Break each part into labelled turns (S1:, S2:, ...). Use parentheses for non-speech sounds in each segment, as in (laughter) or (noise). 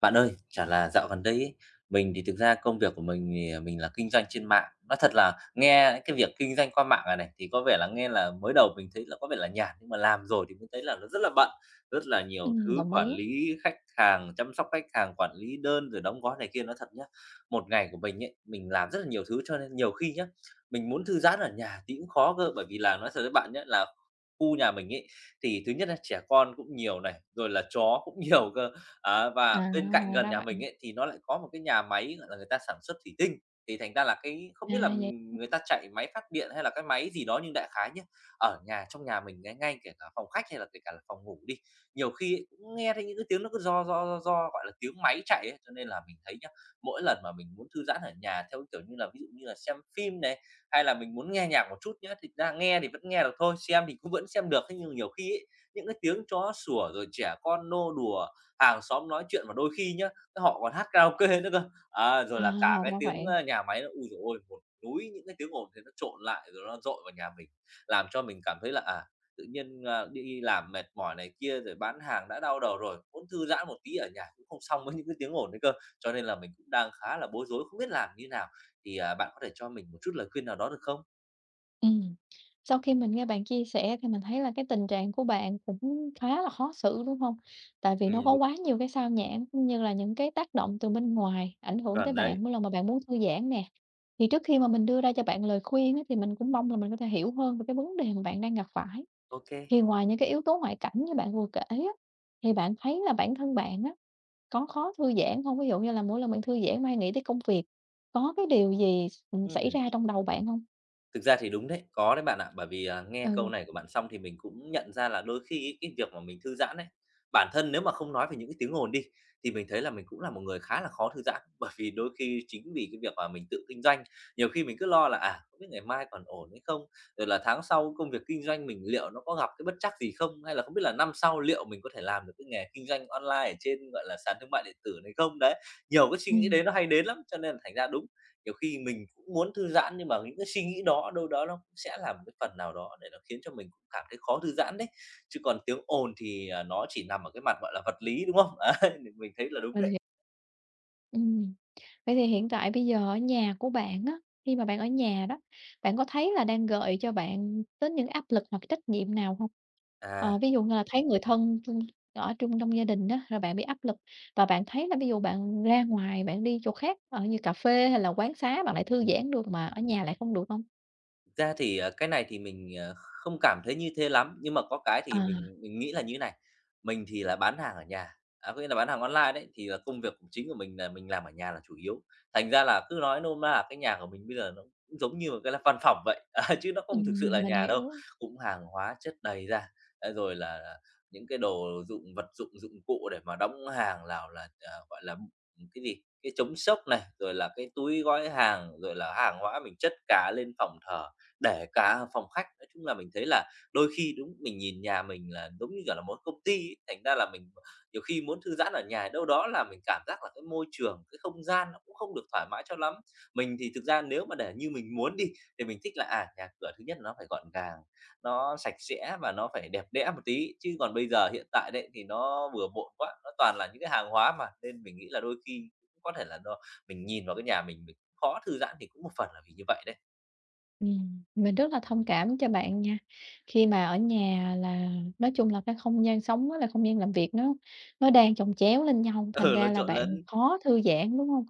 S1: Bạn ơi, chả là dạo gần đây ấy, mình thì thực ra công việc của mình thì, mình là kinh doanh trên mạng. Nói thật là nghe cái việc kinh doanh qua mạng này này thì có vẻ là nghe là mới đầu mình thấy là có vẻ là nhàn, nhưng mà làm rồi thì mới thấy là nó rất là bận, rất là nhiều thứ
S2: Đồng
S1: quản
S2: ý.
S1: lý khách hàng, chăm sóc khách hàng, quản lý đơn rồi đóng gói này kia. Nói thật nhá, một ngày của mình ấy, mình làm rất là nhiều thứ cho nên nhiều khi nhá, mình muốn thư giãn ở nhà thì cũng khó cơ, bởi vì là nói thật với bạn nhé là khu nhà mình ấy, thì thứ nhất là trẻ con cũng nhiều này, rồi là chó cũng nhiều cơ. Á, và bên cạnh
S2: À,
S1: gần
S2: ra
S1: nhà
S2: vậy.
S1: mình ấy, thì nó lại có một cái nhà máy, gọi là, người ta sản xuất thủy tinh, thì thành ra là cái không
S2: À,
S1: biết là,
S2: vậy
S1: người ta chạy máy phát điện hay là cái máy gì đó, nhưng đại khái nhá, ở nhà trong nhà mình ấy, ngay kể cả phòng khách hay là kể cả là phòng ngủ đi, nhiều khi ấy cũng nghe thấy những cái tiếng nó cứ do do do ro, gọi là, tiếng máy chạy ấy. Cho nên là mình thấy nhá, mỗi lần mà mình muốn thư giãn ở nhà theo cái kiểu như là, ví dụ như là xem phim này, hay là mình muốn nghe nhạc một chút nhá, thì ra nghe thì vẫn nghe được thôi, xem thì cũng vẫn xem được. Thế nhưng nhiều khi ấy, những cái tiếng chó sủa rồi trẻ con nô đùa hàng xóm nói chuyện và đôi khi nhá, họ còn hát karaoke nữa cơ. Á, rồi
S2: à,
S1: là cả cái
S2: ra
S1: tiếng,
S2: vậy.
S1: nhà máy nó ôi giời ôi, một núi những cái tiếng ồn thế nó trộn lại rồi nó dội vào nhà mình, làm cho mình cảm thấy là, tự nhiên, đi làm mệt mỏi này kia rồi bán hàng đã đau đầu rồi, muốn thư giãn một tí ở nhà cũng không xong với những cái tiếng ồn đấy cơ. Cho nên là mình cũng đang khá là bối rối, không biết làm như nào, thì, bạn có thể cho mình một chút lời khuyên nào đó được không?
S2: Ừm. Sau khi mình nghe bạn chia sẻ thì mình thấy là cái tình trạng của bạn cũng khá là khó xử, đúng hông? Tại vì nó có
S1: Đúng,
S2: quá nhiều cái sao nhãng, cũng như là những cái tác động từ bên ngoài ảnh hưởng tới
S1: chuẩn đấy.
S2: bạn mỗi lần mà bạn muốn thư giãn nè. Thì trước khi mà mình đưa ra cho bạn lời khuyên á, thì mình cũng mong là mình có thể hiểu hơn về cái vấn đề mà bạn đang gặp phải.
S1: Ok. Kê,
S2: Thì ngoài những cái yếu tố ngoại cảnh như bạn vừa kể á, thì bạn thấy là bản thân bạn á, có khó thư giãn hông? Ví dụ như là mỗi lần bạn thư giãn mà hay nghĩ tới công việc, có cái điều gì, xảy ra trong đầu bạn hông?
S1: thực ra thì đúng đấy, có đấy bạn ạ. Bởi vì, nghe câu
S2: Ừ.
S1: này của bạn xong thì mình cũng nhận ra là đôi khi ấy, cái việc mà mình thư giãn ấy, bản thân nếu mà không nói về những cái tiếng ồn đi, thì mình thấy là mình cũng là một người khá là khó thư giãn. (laughs) Bởi vì đôi khi chính vì cái việc mà mình tự kinh doanh, nhiều khi mình cứ lo là, không biết ngày mai còn ổn hay không? Rồi là tháng sau công việc kinh doanh mình liệu nó có gặp cái bất trắc gì không? Hay là không biết là năm sau liệu mình có thể làm được cái nghề kinh doanh online ở trên, gọi là, sàn thương mại điện tử này không? Đấy, nhiều cái suy nghĩ
S2: Ừm.
S1: đấy nó hay đến lắm, cho nên là thành ra đúng nhiều khi mình cũng muốn thư giãn nhưng mà những cái suy nghĩ đó đâu đó nó cũng sẽ là một cái phần nào đó để nó khiến cho mình cũng cảm thấy khó thư giãn đấy. Chứ còn tiếng ồn thì, nó chỉ nằm ở cái mặt, gọi là, vật lý, đúng không? (laughs) Ấy, mình thấy là đúng
S2: Mình
S1: đấy.
S2: hiểu. Ừm. Vậy thì hiện tại bây giờ ở nhà của bạn á, khi mà bạn ở nhà đó, bạn có thấy là đang gợi cho bạn đến những áp lực hoặc trách nhiệm nào hông? Ờ,
S1: À,
S2: ví dụ như là thấy người thân chung ở chung trong gia đình á, rồi bạn bị áp lực và bạn thấy là ví dụ bạn ra ngoài bạn đi chỗ khác, như cà phê hay là quán xá bạn lại thư
S1: ừm.
S2: giãn được mà ở nhà lại không được hông?
S1: Thực ra thì, cái này thì mình, không cảm thấy như thế lắm, nhưng mà có cái thì
S2: À.
S1: mình nghĩ là như thế này, mình thì là bán hàng ở nhà, có nghĩa là bán hàng online đấy, thì là công việc của chính của mình là mình làm ở nhà là chủ yếu. Thành ra là cứ nói nôm na là cái nhà của mình bây giờ nó cũng giống như một cái là văn phòng vậy, (laughs) à, chứ nó không thực sự là
S2: Mình
S1: nhà đâu,
S2: hiểu.
S1: cũng hàng hóa chất đầy ra, à, rồi là những cái đồ dụng vật dụng, dụng cụ để mà đóng hàng nào là, gọi là, cái gì, cái chống sốc này, rồi là cái túi gói hàng, rồi là hàng hóa mình chất cả lên phòng thờ để cả phòng khách. Nói chung là mình thấy là đôi khi đúng mình nhìn nhà mình là giống như, kiểu là, một công ty ấy, thành ra là mình nhiều khi muốn thư giãn ở nhà đâu đó là mình cảm giác là cái môi trường, cái không gian nó cũng không được thoải mái cho lắm. Mình thì thực ra nếu mà để như mình muốn đi thì mình thích là, nhà cửa thứ nhất là nó phải gọn gàng, nó sạch sẽ và nó phải đẹp đẽ một tí, chứ còn bây giờ hiện tại đấy thì nó bừa bộn quá, nó toàn là những cái hàng hóa mà, nên mình nghĩ là đôi khi cũng có thể là do mình nhìn vào cái nhà mình cũng khó thư giãn thì cũng một phần là vì như vậy đấy.
S2: Mình rất là thông cảm cho bạn nha. Khi mà ở nhà là nói chung là cái không gian sống với lại không gian làm việc nó đang chồng chéo lên nhau,
S1: (laughs)
S2: thành
S1: Ừ, nó
S2: ra là
S1: trộn
S2: bạn
S1: lẫn.
S2: khó thư giãn, đúng không?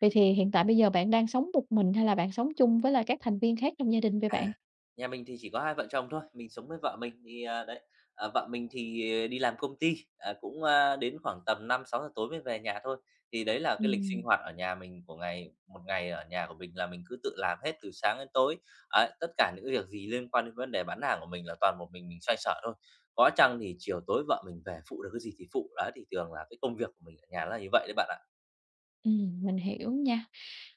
S2: Vậy thì hiện tại bây giờ bạn đang sống một mình hay là bạn sống chung với là các thành viên khác trong gia đình với
S1: À,
S2: bạn?
S1: nhà mình thì chỉ có hai vợ chồng thôi, mình sống với vợ mình thì, à, đấy, à, vợ mình thì à, đi làm công ty, cũng, đến khoảng tầm năm sáu giờ tối mới về nhà thôi. Thì đấy là cái lịch sinh
S2: Ừm.
S1: hoạt ở nhà mình của ngày một ngày ở nhà của mình là mình cứ tự làm hết từ sáng đến tối. Ấy, tất cả những cái việc gì liên quan đến vấn đề bán hàng của mình là toàn một mình xoay sở thôi. Có chăng thì chiều tối vợ mình về phụ được cái gì thì phụ, đó thì thường là cái công việc của mình ở nhà là như vậy đấy bạn ạ.
S2: Ừm, mình hiểu nha.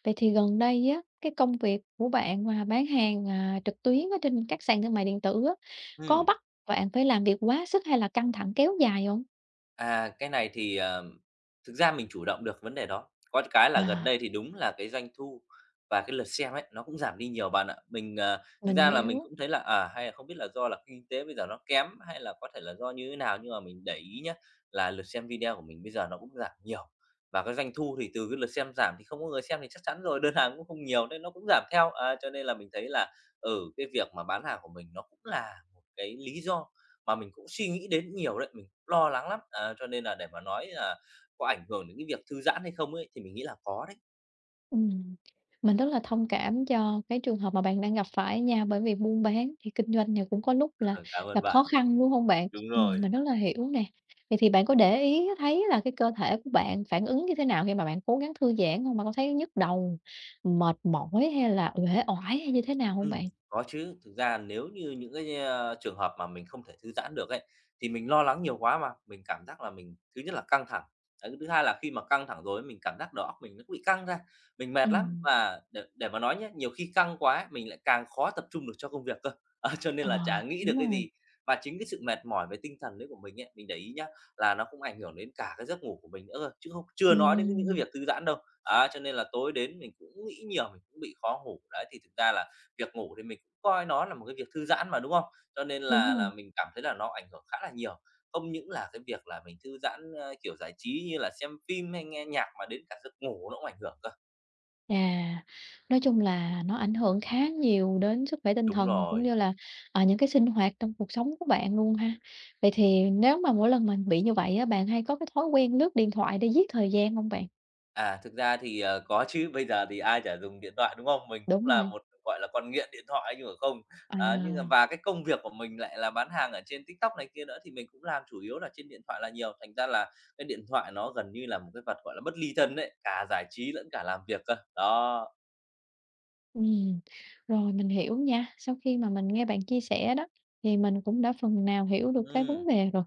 S2: Vậy thì gần đây á, cái công việc của bạn mà bán hàng, trực tuyến ở trên các sàn thương mại điện tử á, có
S1: Ừ.
S2: bắt bạn phải làm việc quá sức hay là căng thẳng kéo dài không?
S1: À, cái này thì, thực ra mình chủ động được vấn đề đó. Có cái là gần
S2: À,
S1: đây thì đúng là cái doanh thu và cái lượt xem ấy, nó cũng giảm đi nhiều bạn ạ. Mình, thực
S2: mình
S1: ra là mình
S2: hiểu.
S1: cũng thấy là, hay là không biết là do là kinh tế bây giờ nó kém, hay là có thể là do như thế nào, nhưng mà mình để ý nhá, là lượt xem video của mình bây giờ nó cũng giảm nhiều. Và cái doanh thu thì từ cái lượt xem giảm thì không có người xem thì chắc chắn rồi, (laughs) đơn hàng cũng không nhiều nên nó cũng giảm theo. À, cho nên là mình thấy là, ở cái việc mà bán hàng của mình nó cũng là một cái lý do mà mình cũng suy nghĩ đến nhiều đấy, mình cũng lo lắng lắm. À, cho nên là để mà nói là có ảnh hưởng đến cái việc thư giãn hay không ấy, thì mình nghĩ là có đấy.
S2: Ừm, mình rất là thông cảm cho cái trường hợp mà bạn đang gặp phải nha, bởi vì buôn bán thì kinh doanh thì cũng có lúc là
S1: Ờ, cảm ơn
S2: gặp khó
S1: bạn.
S2: khăn, đúng không bạn?
S1: Đúng rồi.
S2: Mình rất là hiểu nè. Vậy thì bạn có để ý thấy là cái cơ thể của bạn phản ứng như thế nào khi mà bạn cố gắng thư giãn không? Bạn có thấy nhức đầu, mệt mỏi hay là uể oải hay như thế nào không bạn?
S1: Có chứ. Thực ra nếu như những cái, trường hợp mà mình không thể thư giãn được ấy, thì mình lo lắng nhiều quá mà, mình cảm giác là mình thứ nhất là căng thẳng, đấy, thứ hai là khi mà căng thẳng rồi ấy, mình cảm giác đầu óc mình nó bị căng ra, mình mệt lắm.
S2: Ừm.
S1: Và để mà nói nhé nhiều khi căng quá ấy, mình lại càng khó tập trung được cho công việc cơ, (laughs) ờ, cho nên
S2: Ờ,
S1: là chả nghĩ
S2: đúng
S1: được cái
S2: rồi.
S1: gì. Và chính cái sự mệt mỏi về tinh thần đấy của mình ấy, mình để ý nhá, là nó cũng ảnh hưởng đến cả cái giấc ngủ của mình nữa cơ, chứ không chưa nói đến những cái
S2: Ừm,
S1: việc thư giãn đâu. Á, cho nên là tối đến mình cũng nghĩ nhiều, mình cũng bị khó ngủ. Đấy, thì thực ra là việc ngủ thì mình cũng coi nó là một cái việc thư giãn mà, đúng không? Cho nên
S2: đúng
S1: là
S2: rồi.
S1: mình cảm thấy là nó ảnh hưởng khá là nhiều. Không những là cái việc là mình thư giãn, ơ, kiểu, giải trí như là xem phim hay nghe nhạc mà đến cả giấc ngủ nó cũng ảnh hưởng cơ.
S2: À, nói chung là nó ảnh hưởng khá nhiều đến sức khỏe tinh
S1: Đúng
S2: thần cũng
S1: rồi.
S2: như là, những cái sinh hoạt trong cuộc sống của bạn luôn ha. Vậy thì nếu mà mỗi lần mình bị như vậy á, bạn hay có cái thói quen lướt điện thoại để giết thời gian không bạn?
S1: À, thực ra thì, có chứ, bây giờ thì ai chả dùng điện thoại, đúng không? Mình cũng
S2: Đúng
S1: là
S2: rồi.
S1: một, gọi là, con nghiện điện thoại ấy chứ không.
S2: À.
S1: À, nhưng mà và cái công việc của mình lại là bán hàng ở trên TikTok này kia nữa thì mình cũng làm chủ yếu là trên điện thoại là nhiều, thành ra là cái điện thoại nó gần như là một cái vật, gọi là, bất ly thân đấy. Cả giải trí lẫn cả làm việc cơ. Đó.
S2: Ừm, rồi mình hiểu nha. Sau khi mà mình nghe bạn chia sẻ đó, thì mình cũng đã phần nào hiểu được cái
S1: Ừm,
S2: vấn đề rồi,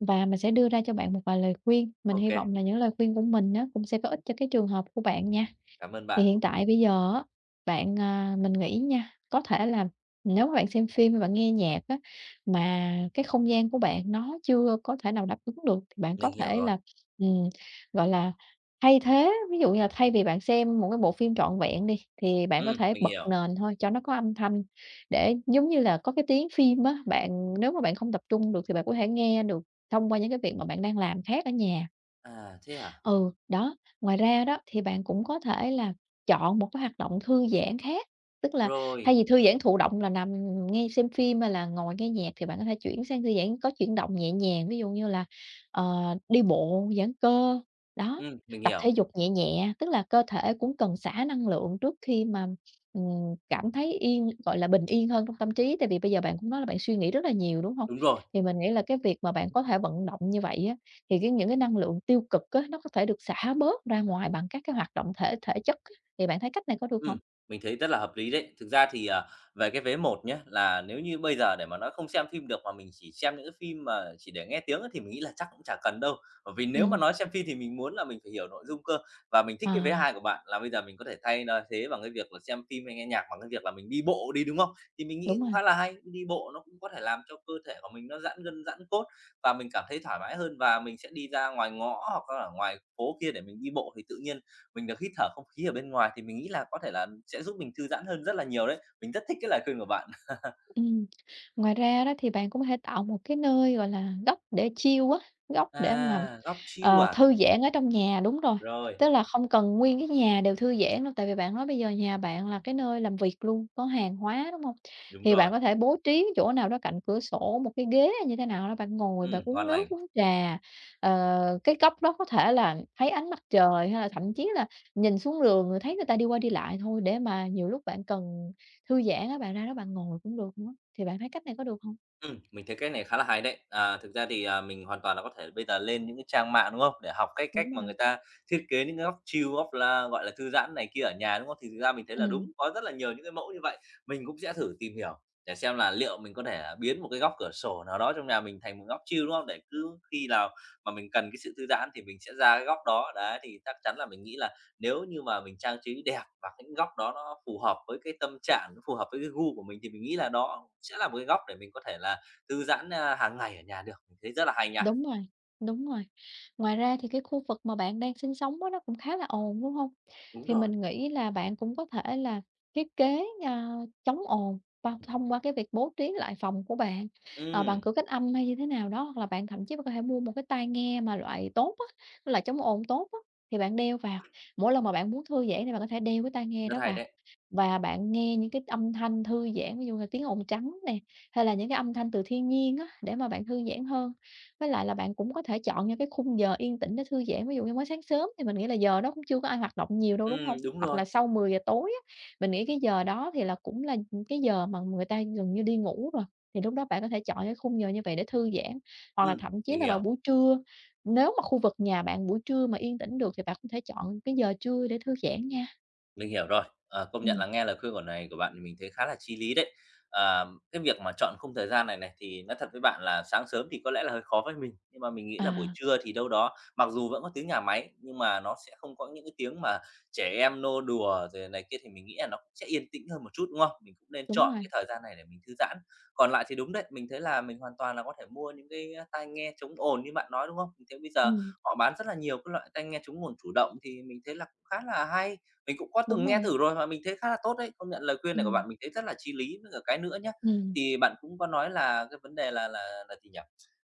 S2: và mình sẽ đưa ra cho bạn một vài lời khuyên. Mình
S1: ok,
S2: hy vọng là những lời khuyên của mình á, cũng sẽ có ích cho cái trường hợp của bạn nha.
S1: cảm ơn
S2: Thì
S1: bạn,
S2: hiện tại bây giờ á, bạn, mình nghĩ nha, có thể là nếu mà bạn xem phim hay bạn nghe nhạc á, mà cái không gian của bạn nó chưa có thể nào đáp ứng được thì bạn có
S1: mình hiểu
S2: thể
S1: rồi.
S2: là, ừm, gọi là, thay thế. Ví dụ như là thay vì bạn xem một cái bộ phim trọn vẹn đi, thì bạn có thể
S1: Mình
S2: bật
S1: hiểu.
S2: nền thôi cho nó có âm thanh để giống như là có cái tiếng phim á, bạn nếu mà bạn không tập trung được thì bạn có thể nghe được thông qua những cái việc mà bạn đang làm khác ở nhà.
S1: À, thế hả?
S2: Ừ, đó, ngoài ra đó thì bạn cũng có thể là chọn một cái hoạt động thư giãn khác, tức là thay
S1: Rồi,
S2: vì thư giãn thụ động là nằm nghe xem phim hay là ngồi nghe nhạc thì bạn có thể chuyển sang thư giãn có chuyển động nhẹ nhàng, ví dụ như là, ờ, đi bộ giãn cơ, đó,
S1: mình
S2: tập
S1: hiểu,
S2: thể dục nhẹ nhẹ, tức là cơ thể cũng cần xả năng lượng trước khi mà, cảm thấy yên gọi là, bình yên hơn trong tâm trí. Tại vì bây giờ bạn cũng nói là bạn suy nghĩ rất là nhiều, đúng không?
S1: đúng rồi.
S2: Thì mình nghĩ là cái việc mà bạn có thể vận động như vậy á, thì cái những cái năng lượng tiêu cực á, nó có thể được xả bớt ra ngoài bằng các cái hoạt động thể thể chất á, thì bạn thấy cách này có được không?
S1: Ừm, mình thấy rất là hợp lý đấy. Thực ra thì, à, về cái vé một nhé là nếu như bây giờ để mà nói không xem phim được mà mình chỉ xem những cái phim mà chỉ để nghe tiếng á, thì mình nghĩ là chắc cũng chả cần đâu. Bởi vì nếu mà
S2: Ừm.
S1: nói xem phim thì mình muốn là mình phải hiểu nội dung cơ. Và mình thích cái vé
S2: À,
S1: hai của bạn là bây giờ mình có thể thay nó thế bằng cái việc là xem phim hay nghe nhạc bằng cái việc là mình đi bộ đi, đúng không? Thì mình nghĩ
S2: đúng
S1: cũng
S2: rồi.
S1: khá là hay, đi bộ nó cũng có thể làm cho cơ thể của mình nó giãn gân, giãn cốt và mình cảm thấy thoải mái hơn và mình sẽ đi ra ngoài ngõ hoặc là ở ngoài phố kia để mình đi bộ thì tự nhiên mình được hít thở không khí ở bên ngoài thì mình nghĩ là có thể là sẽ giúp mình thư giãn hơn rất là nhiều đấy. Mình rất thích cái lời khuyên của bạn. (laughs)
S2: Ừm. Ngoài ra đó thì bạn cũng có thể tạo một cái nơi, gọi là, góc để chill á, góc để mà
S1: À, góc chill à?
S2: Thư giãn ở trong nhà, đúng rồi,
S1: Rồi,
S2: tức là không cần nguyên cái nhà đều thư giãn đâu, tại vì bạn nói bây giờ nhà bạn là cái nơi làm việc luôn, có hàng hóa, đúng hông?
S1: đúng
S2: Thì
S1: rồi.
S2: bạn có thể bố trí chỗ nào đó cạnh cửa sổ, một cái ghế hay như thế nào đó, bạn ngồi bạn uống
S1: Ngon
S2: nước,
S1: lành.
S2: uống trà, cái góc đó có thể là thấy ánh mặt trời, hay là thậm chí là nhìn xuống đường rồi thấy người ta đi qua đi lại thôi, để mà nhiều lúc bạn cần thư giãn á, bạn ra đó bạn ngồi cũng được nữa. Thì bạn thấy cách này có được hông?
S1: Mình thấy cách này khá là hay đấy. À, thực ra thì, à, mình hoàn toàn là có thể bây giờ lên những cái trang mạng, đúng không? Để học cái cách
S2: Đúng
S1: mà
S2: rồi.
S1: người ta thiết kế những cái góc chill, góc là gọi là, thư giãn này kia ở nhà, đúng không? Thì thực ra mình thấy là đúng,
S2: Ừm.
S1: có rất là nhiều những cái mẫu như vậy. Mình cũng sẽ thử tìm hiểu để xem là liệu mình có thể à, biến một cái góc cửa sổ nào đó trong nhà mình thành một góc chill, đúng không? Để cứ khi nào mà mình cần cái sự thư giãn thì mình sẽ ra cái góc đó. Đấy, thì chắc chắn là mình nghĩ là nếu như mà mình trang trí đẹp và cái góc đó nó phù hợp với cái tâm trạng, nó phù hợp với cái gu của mình thì mình nghĩ là đó sẽ là một cái góc để mình có thể là thư giãn, a, hàng ngày ở nhà được, mình thấy rất là hay nha.
S2: Đúng rồi, đúng rồi. Ngoài ra thì cái khu vực mà bạn đang sinh sống á, nó cũng khá là ồn, đúng không?
S1: Đúng
S2: Thì
S1: rồi.
S2: mình nghĩ là bạn cũng có thể là thiết kế, chống ồn thông qua cái việc bố trí lại phòng của bạn, bằng
S1: Ừm,
S2: cửa cách âm hay như thế nào đó, hoặc là bạn thậm chí có thể mua một cái tai nghe mà loại tốt á, cái loại chống ồn tốt á, thì bạn đeo vào. Mỗi lần mà bạn muốn thư giãn thì bạn có thể đeo cái tai nghe
S1: rất
S2: đó
S1: hay
S2: vào
S1: đấy.
S2: và bạn nghe những cái âm thanh thư giãn, ví dụ là tiếng ồn trắng nè, hay là những cái âm thanh từ thiên nhiên á, để mà bạn thư giãn hơn. Với lại là bạn cũng có thể chọn những cái khung giờ yên tĩnh để thư giãn, ví dụ như mới sáng sớm thì mình nghĩ là giờ đó cũng chưa có ai hoạt động nhiều đâu, đúng không?
S1: Đúng
S2: Hoặc
S1: rồi.
S2: là sau 10 giờ tối á, mình nghĩ cái giờ đó thì là cũng là, cái giờ mà người ta gần như đi ngủ rồi, thì lúc đó bạn có thể chọn cái khung giờ như vậy để thư giãn. Hoặc là thậm chí
S1: Mình
S2: là vào
S1: hiểu.
S2: buổi trưa, nếu mà khu vực nhà bạn buổi trưa mà yên tĩnh được thì bạn có thể chọn cái giờ trưa để thư giãn nha.
S1: Mình hiểu rồi. Ờ, công nhận
S2: Ừm.
S1: là nghe lời khuyên của này của bạn thì mình thấy khá là chi lý đấy. À, cái việc mà chọn khung thời gian này này thì nói thật với bạn là sáng sớm thì có lẽ là hơi khó với mình, nhưng mà mình nghĩ là buổi
S2: À,
S1: trưa thì đâu đó mặc dù vẫn có tiếng nhà máy nhưng mà nó sẽ không có những cái tiếng mà trẻ em nô đùa rồi này kia thì mình nghĩ là nó cũng sẽ yên tĩnh hơn một chút, đúng không? Mình cũng nên
S2: đúng
S1: chọn
S2: rồi.
S1: cái thời gian này để mình thư giãn. Còn lại thì đúng đấy, mình thấy là mình hoàn toàn là có thể mua những cái, tai nghe chống ồn như bạn nói, đúng không? Mình thấy bây giờ
S2: Ừm,
S1: họ bán rất là nhiều cái loại tai nghe chống ồn chủ động thì mình thấy là cũng khá là hay. Mình cũng có
S2: đúng
S1: từng nghe
S2: rồi.
S1: thử rồi và mình thấy khá là tốt đấy, công nhận lời khuyên này của
S2: Ừm.
S1: bạn mình thấy rất là chí lý. Với cả cái nữa nhá,
S2: Ừm,
S1: thì bạn cũng có nói là cái vấn đề là là gì nhỉ?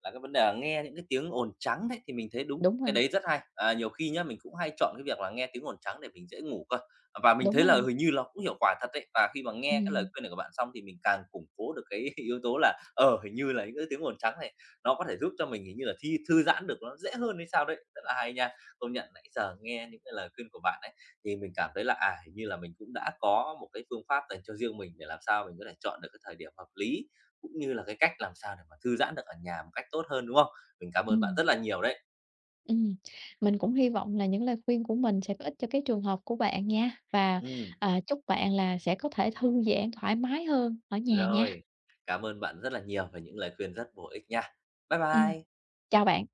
S1: Là cái vấn đề là nghe những cái tiếng ồn trắng đấy, thì mình thấy đúng,
S2: đúng
S1: cái
S2: rồi.
S1: đấy rất hay. À, nhiều khi nhá, mình cũng hay chọn cái việc là nghe tiếng ồn trắng để mình dễ ngủ cơ, và mình
S2: Đúng
S1: thấy là
S2: rồi.
S1: hình như nó cũng hiệu quả thật đấy. Và khi mà nghe cái lời
S2: Ừm.
S1: khuyên này của bạn xong thì mình càng củng cố được cái (laughs) yếu tố là, ờ, hình như là những cái tiếng ồn trắng này nó có thể giúp cho mình hình như là thi thư giãn được nó dễ hơn hay sao đấy, rất là hay nha. Công nhận nãy giờ nghe những cái lời khuyên của bạn ấy thì mình cảm thấy là, à, hình như là mình cũng đã có một cái phương pháp dành cho riêng mình để làm sao mình có thể chọn được cái thời điểm hợp lý, cũng như là cái cách làm sao để mà thư giãn được ở nhà một cách tốt hơn, đúng không? Mình cảm ơn bạn
S2: Ừm.
S1: rất là nhiều đấy.
S2: Ừm, mình cũng hy vọng là những lời khuyên của mình sẽ có ích cho cái trường hợp của bạn nha, và,
S1: Ừm,
S2: chúc bạn là sẽ có thể thư giãn thoải mái hơn ở nhà nha.
S1: rồi, cảm ơn bạn rất là nhiều về những lời khuyên rất bổ ích nha. Bye
S2: Ừm,
S1: bye.
S2: chào bạn.